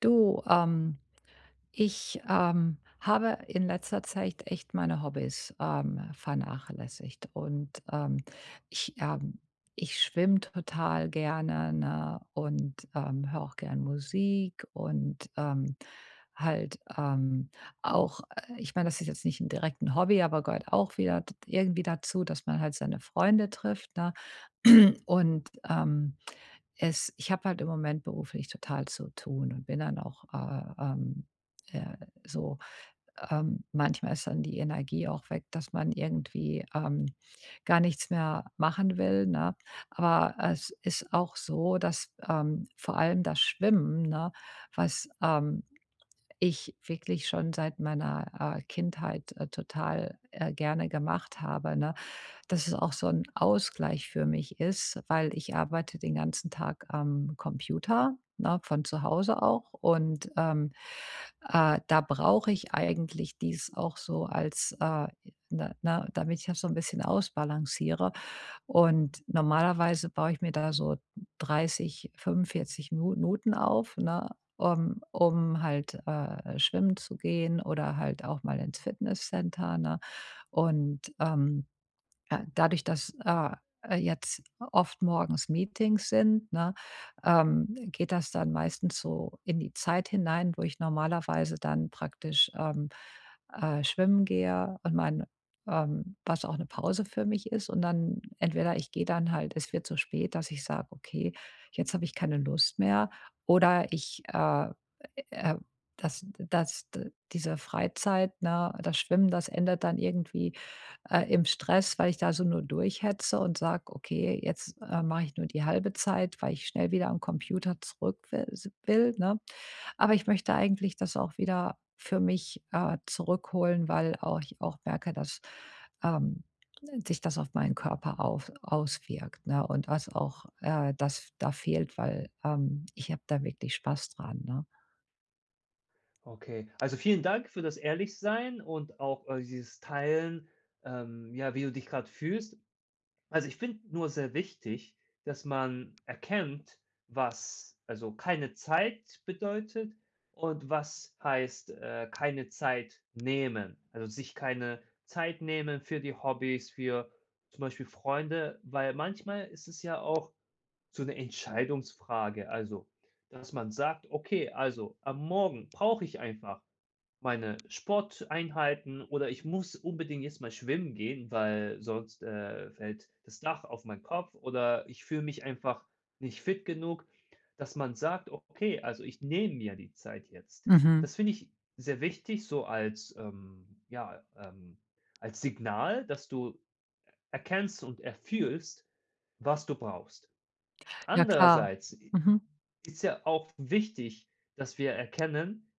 Du, ich habe in letzter Zeit echt meine Hobbys vernachlässigt. Und ich, ähm, ich schwimme total gerne, ne? Und höre auch gern Musik und halt, auch, ich meine, das ist jetzt nicht ein direkten Hobby, aber gehört auch wieder irgendwie dazu, dass man halt seine Freunde trifft. Ne? Und ich habe halt im Moment beruflich total zu tun und bin dann auch äh, so, manchmal ist dann die Energie auch weg, dass man irgendwie, gar nichts mehr machen will, ne? Aber es ist auch so, dass, vor allem das Schwimmen, ne, was, ich wirklich schon seit meiner, Kindheit, total, gerne gemacht habe, ne, dass es auch so ein Ausgleich für mich ist, weil ich arbeite den ganzen Tag am Computer, ne, von zu Hause auch. Und, da brauche ich eigentlich dies auch so als, ne ne, damit ich das so ein bisschen ausbalanciere. Und normalerweise baue ich mir da so 30 45 Minuten auf, ne, um halt, schwimmen zu gehen oder halt auch mal ins Fitnesscenter, ne? Und, dadurch, dass, jetzt oft morgens Meetings sind, ne, geht das dann meistens so in die Zeit hinein, wo ich normalerweise dann praktisch, schwimmen gehe und mein, was auch eine Pause für mich ist, und dann entweder ich gehe dann halt, es wird so spät, dass ich sage: „Okay, jetzt habe ich keine Lust mehr“, oder ich, äh, das das d diese Freizeit, ne, das Schwimmen, das endet dann irgendwie im Stress, weil ich da so nur durchhetze und sage: „Okay, jetzt, mache ich nur die halbe Zeit, weil ich schnell wieder am Computer zurück wi s will“, ne? Aber ich möchte eigentlich das auch wieder für mich, zurückholen, weil auch ich auch merke, dass, ähm, sich das auf meinen Körper auf auswirkt, ne? Und was auch, das da fehlt, weil, ich habe da wirklich Spaß dran, ne? Okay. Also, vielen Dank für das Ehrlichsein und auch, dieses Teilen, ja, wie du dich gerade fühlst. Also, ich finde nur sehr wichtig, dass man erkennt, was also, keine Zeit bedeutet und was heißt, keine Zeit nehmen. Also, sich keine Zeit nehmen für die Hobbys, für zum Beispiel Freunde, weil manchmal ist es ja auch so 'ne Entscheidungsfrage. Also, dass man sagt: „Okay, also, am Morgen brauche ich einfach meine Sporteinheiten oder ich muss unbedingt jetzt mal schwimmen gehen, weil sonst, fällt das Dach auf meinen Kopf oder ich fühle mich einfach nicht fit genug, dass man sagt: „Okay, also ich nehme mir die Zeit jetzt.“ Mhm. Das finde ich sehr wichtig, so als, ja, als Signal, dass du erkennst und erfühlst, was du brauchst. Ja, klar. Andererseits Mhm, ist ja auch wichtig, dass wir erkennen,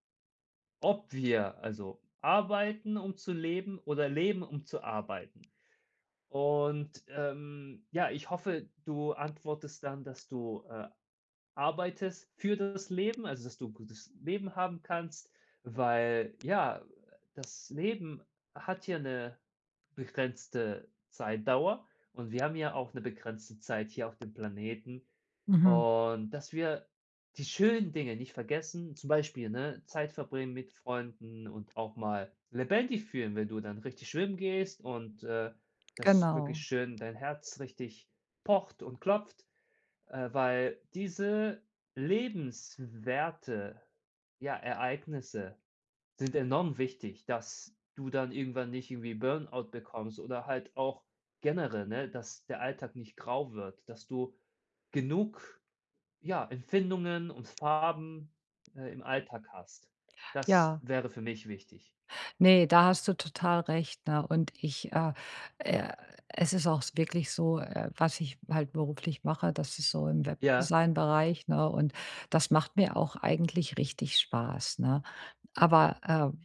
ob wir also arbeiten, um zu leben oder leben, um zu arbeiten. Und, ja, ich hoffe, du antwortest dann, dass du, arbeitest für das Leben, also, dass du ein gutes Leben haben kannst, weil ja, das Leben hat ja eine begrenzte Zeitdauer und wir haben ja auch eine begrenzte Zeit hier auf dem Planeten. mhm, Und dass wir die schönen Dinge nicht vergessen, zum Beispiel, ne, Zeit verbringen mit Freunden und auch mal lebendig fühlen, wenn du dann richtig schwimmen gehst und, das wirklich genau. schön dein Herz richtig pocht und klopft, weil diese lebenswerte, ja, Ereignisse sind enorm wichtig, dass du dann irgendwann nicht irgendwie Burnout bekommst oder halt auch generell, ne, dass der Alltag nicht grau wird, dass du genug ja, Empfindungen und Farben, im Alltag hast. Das Ja. wäre für mich wichtig. Ne, da hast du total recht, ne? Und äh es ist auch wirklich so, was ich halt beruflich mache, das ist so im Ja, Webdesign-Bereich, ne? Und das macht mir auch eigentlich richtig Spaß, ne? Aber,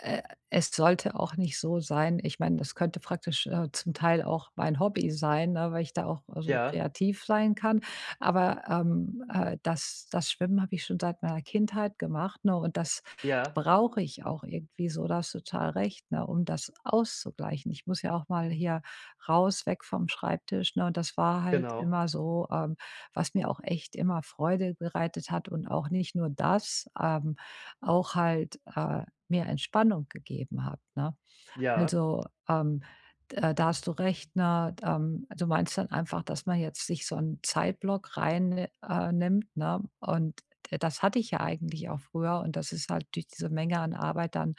äh, es sollte auch nicht so sein. Ich meine, das könnte praktisch, zum Teil auch mein Hobby sein, ne, weil ich da auch, so ja, kreativ sein kann. Aber, das Schwimmen habe ich schon seit meiner Kindheit gemacht, ne, und das ja, brauche ich auch irgendwie so. Das hast total recht, ne, um das auszugleichen. Ich muss ja auch mal hier raus, weg vom Schreibtisch, ne, und das war halt genau, immer so, was mir auch echt immer Freude bereitet hat, und auch nicht nur das, auch halt, mehr Entspannung gegeben hat, ne? ja. Also, da hast du recht, ne? Du meinst dann einfach, dass man jetzt sich so einen Zeitblock reinnimmt. Nimmt, ne? Und d das hatte ich ja eigentlich auch früher, und das ist halt durch diese Menge an Arbeit dann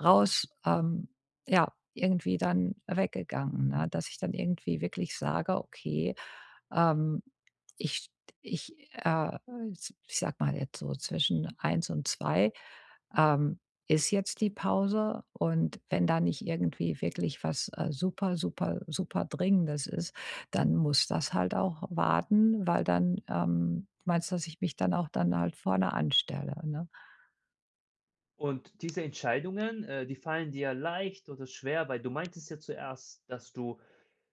raus ja, irgendwie dann weggegangen, ne? Dass ich dann irgendwie wirklich sage: „Okay, ähm, ich ich, äh, ich sag mal jetzt so zwischen eins und 2. Ähm, Ist jetzt die Pause, und wenn da nicht irgendwie wirklich was, super, super, super Dringendes ist, dann muss das halt auch warten, weil dann, meinst du, dass ich mich dann auch dann halt vorne anstelle, ne? Und diese Entscheidungen, die fallen dir leicht oder schwer, weil du meintest ja zuerst, dass du,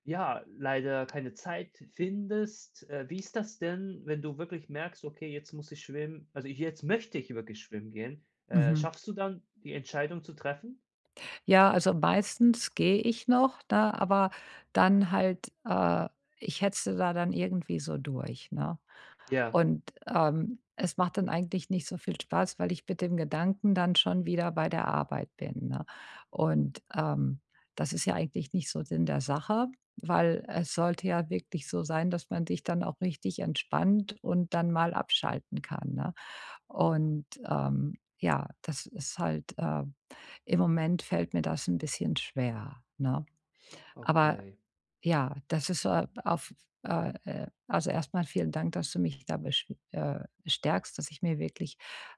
ja, leider keine Zeit findest. Wie ist das denn, wenn du wirklich merkst: „Okay, jetzt muss ich schwimmen also, ich, jetzt möchte ich wirklich schwimmen gehen.“ Mhm. schaffst du dann, die Entscheidung zu treffen? Ja, also meistens gehe ich noch, ne, aber dann halt, ich hetze da dann irgendwie so durch, ne? Ja, Und, es macht dann eigentlich nicht so viel Spaß, weil ich mit dem Gedanken dann schon wieder bei der Arbeit bin, ne? Und, das ist ja eigentlich nicht so Sinn der Sache, weil es sollte ja wirklich so sein, dass man sich dann auch richtig entspannt und dann mal abschalten kann, ne? Und, ja, das ist halt, im Moment fällt mir das ein bisschen schwer, ne? Aber okay. ja, das ist, auf also, erstmal vielen Dank, dass du mich da besch stärkst, dass ich mir wirklich,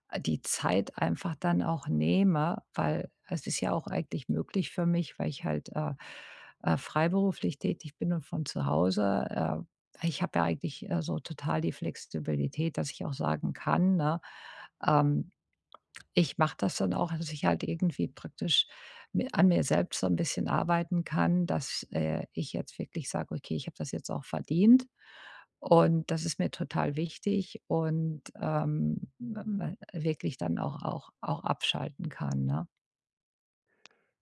die Zeit einfach dann auch nehme, weil es ist ja auch eigentlich möglich für mich, weil ich halt, freiberuflich tätig bin und von zu Hause. Ich habe ja eigentlich, so total die Flexibilität, dass ich auch sagen kann, ne, ähm ich mache das dann auch, dass ich halt irgendwie praktisch mi an mir selbst so ein bisschen arbeiten kann, dass, ich jetzt wirklich sage: „Okay, ich habe das jetzt auch verdient und das ist mir total wichtig“, und, w w wirklich dann auch abschalten kann, ne?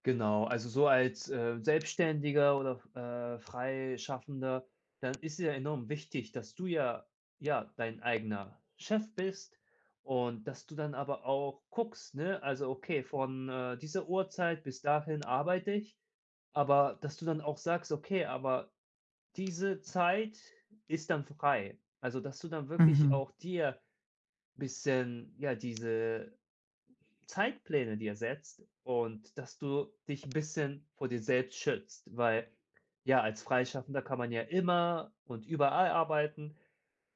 Genau, also so als, Selbstständiger oder, Freischaffender, dann ist es ja enorm wichtig, dass du ja, dein eigener Chef bist und dass du dann aber auch guckst, ne? Also, okay, von, dieser Uhrzeit bis dahin arbeite ich, aber dass du dann auch sagst: „Okay, aber diese Zeit ist dann frei.“ Also, dass du dann wirklich Mhm, auch dir bisschen, ja, diese Zeitpläne dir setzt und dass du dich 'n bisschen vor dir selbst schützt, weil, ja, als Freischaffender kann man ja immer und überall arbeiten.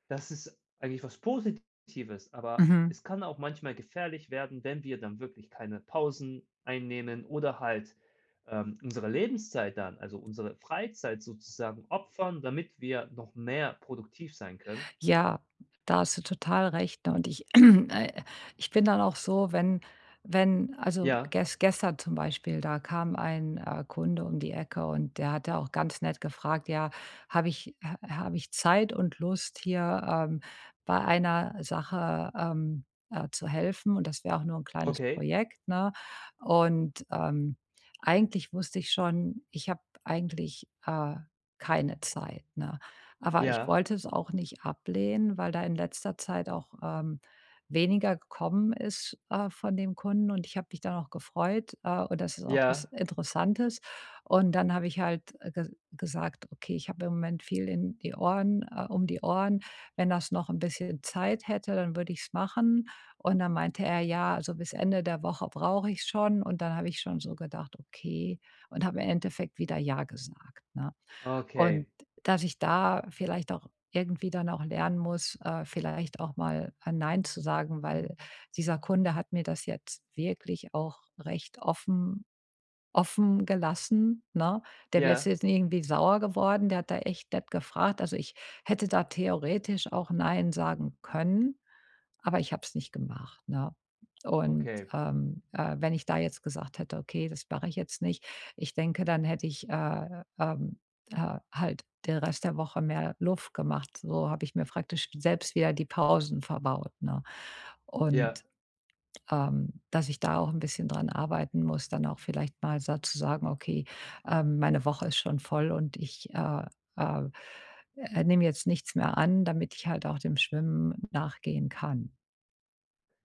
Das ist eigentlich was Positives, aber mhm. es kann auch manchmal gefährlich werden, wenn wir dann wirklich keine Pausen einnehmen oder halt, unsere Lebenszeit dann, also unsere Freizeit sozusagen opfern, damit wir noch mehr produktiv sein können. Ja, da hast du total recht, ne? Und ich ich bin dann auch so, wenn also, Ja, gestern zum Beispiel, da kam ein, Kunde um die Ecke, und der hatte auch ganz nett gefragt: „Ja, habe ich ha habe ich Zeit und Lust, hier, bei einer Sache, zu helfen?“ Und das wäre auch nur ein kleines okay. Projekt, ne? Und, eigentlich wusste ich schon, ich habe eigentlich, keine Zeit, ne? Aber ich Ja, wollte es auch nicht ablehnen, weil da in letzter Zeit auch, weniger gekommen ist, von dem Kunden, und ich habe mich dann auch gefreut, und das ist auch was ja, Interessantes. Und dann habe ich halt, ge gesagt: „Okay, ich habe im Moment viel in die Ohren um die Ohren. Wenn das noch ein bisschen Zeit hätte, dann würde ich es machen.“ Und dann meinte er: „Ja, also, bis Ende der Woche brauche ich schon.“ Und dann habe ich schon so gedacht: „Okay“, und habe im Endeffekt wieder „ja“ gesagt, ne? okay. Und dass ich da vielleicht auch irgendwie dann auch lernen muss, vielleicht auch mal ein „Nein“ zu sagen, weil dieser Kunde hat mir das jetzt wirklich auch recht offen gelassen, ne? Der wär Ja, jetzt nicht irgendwie sauer geworden, der hat da echt nett gefragt. Also, ich hätte da theoretisch auch „Nein“ sagen können, aber ich habe es nicht gemacht, ne? Und, okay. Wenn ich da jetzt gesagt hätte: „Okay, das mache ich jetzt nicht“, ich denke, dann hätte ich, halt den Rest der Woche mehr Luft gemacht. So habe ich mir praktisch selbst wieder die Pausen verbaut, ne? Und Ja, dass ich da auch ein bisschen dran arbeiten muss, dann auch vielleicht mal sa zu sagen: „Okay, meine Woche ist schon voll und ich, äh, nehme jetzt nichts mehr an“, damit ich halt auch dem Schwimmen nachgehen kann.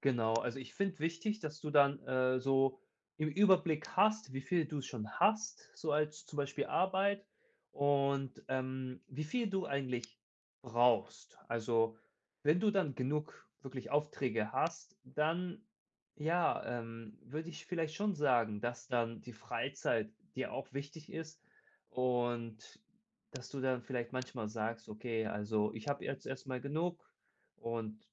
genau. Also, ich finde wichtig, dass du dann, so im Überblick hast, wie viel du schon hast, so als zum Beispiel Arbeit und, wie viel du eigentlich brauchst. Also, wenn du dann genug wirklich Aufträge hast, dann, ja, würde ich vielleicht schon sagen, dass dann die Freizeit dir auch wichtig ist und dass du dann vielleicht manchmal sagst: „Okay, also, ich habe jetzt erstmal genug und“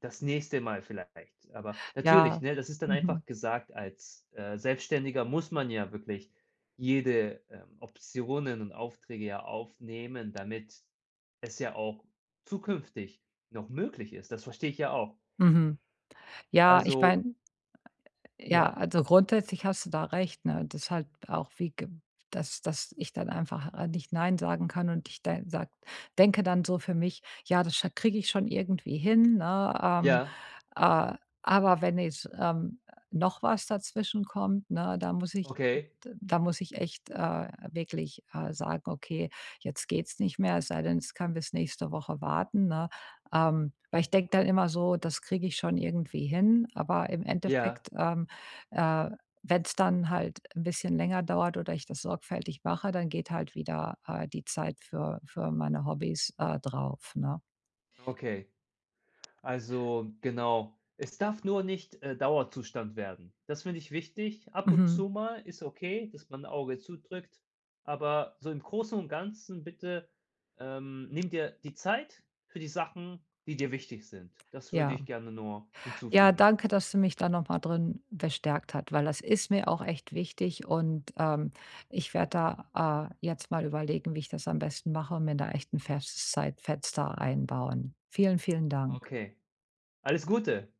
Das nächste Mal vielleicht. Aber natürlich, Ja. ne, das ist dann Mhm. einfach gesagt als, Selbstständiger muss man ja wirklich jede, Optionen und Aufträge ja aufnehmen, damit es ja auch zukünftig noch möglich ist. Das verstehe ich ja auch. Mhm. Ja, ich Also meine. Ja, ja, also grundsätzlich hast du da recht, ne? Das ist halt auch wie ge dass ich dann einfach, nicht nein sagen kann und ich de sage denke dann so für mich: „Ja, das kriege ich schon irgendwie hin“, ne? Ja, äh, aber wenn jetzt, noch was dazwischen kommt, ne, okay, da muss ich echt, wirklich, sagen: „Okay, jetzt geht's nicht mehr, es sei denn, es kann bis nächste Woche warten“, ne? Weil ich denke dann immer so: „Das kriege ich schon irgendwie hin“, aber im ja, Endeffekt, äh, Wenn es dann halt ein bisschen länger dauert oder ich das sorgfältig mache, dann geht halt wieder, die Zeit für meine Hobbys, drauf, ne? okay. Also, genau. Es darf nur nicht, Dauerzustand werden. Das finde ich wichtig. Ab und Mhm, zu mal ist okay, dass man 'n Auge zudrückt, aber so im Großen und Ganzen bitte, nimm dir die Zeit für die Sachen, die dir wichtig sind. Das würde ich ja. gerne nur Ja, hinzufügen. danke, dass du mich da noch mal drin bestärkt hat, weil das ist mir auch echt wichtig. Und, ich werde da, jetzt mal überlegen, wie ich das am besten mache und mir da echt 'n festes Zeitfenster einbauen. Vielen, vielen Dank. Okay, alles Gute.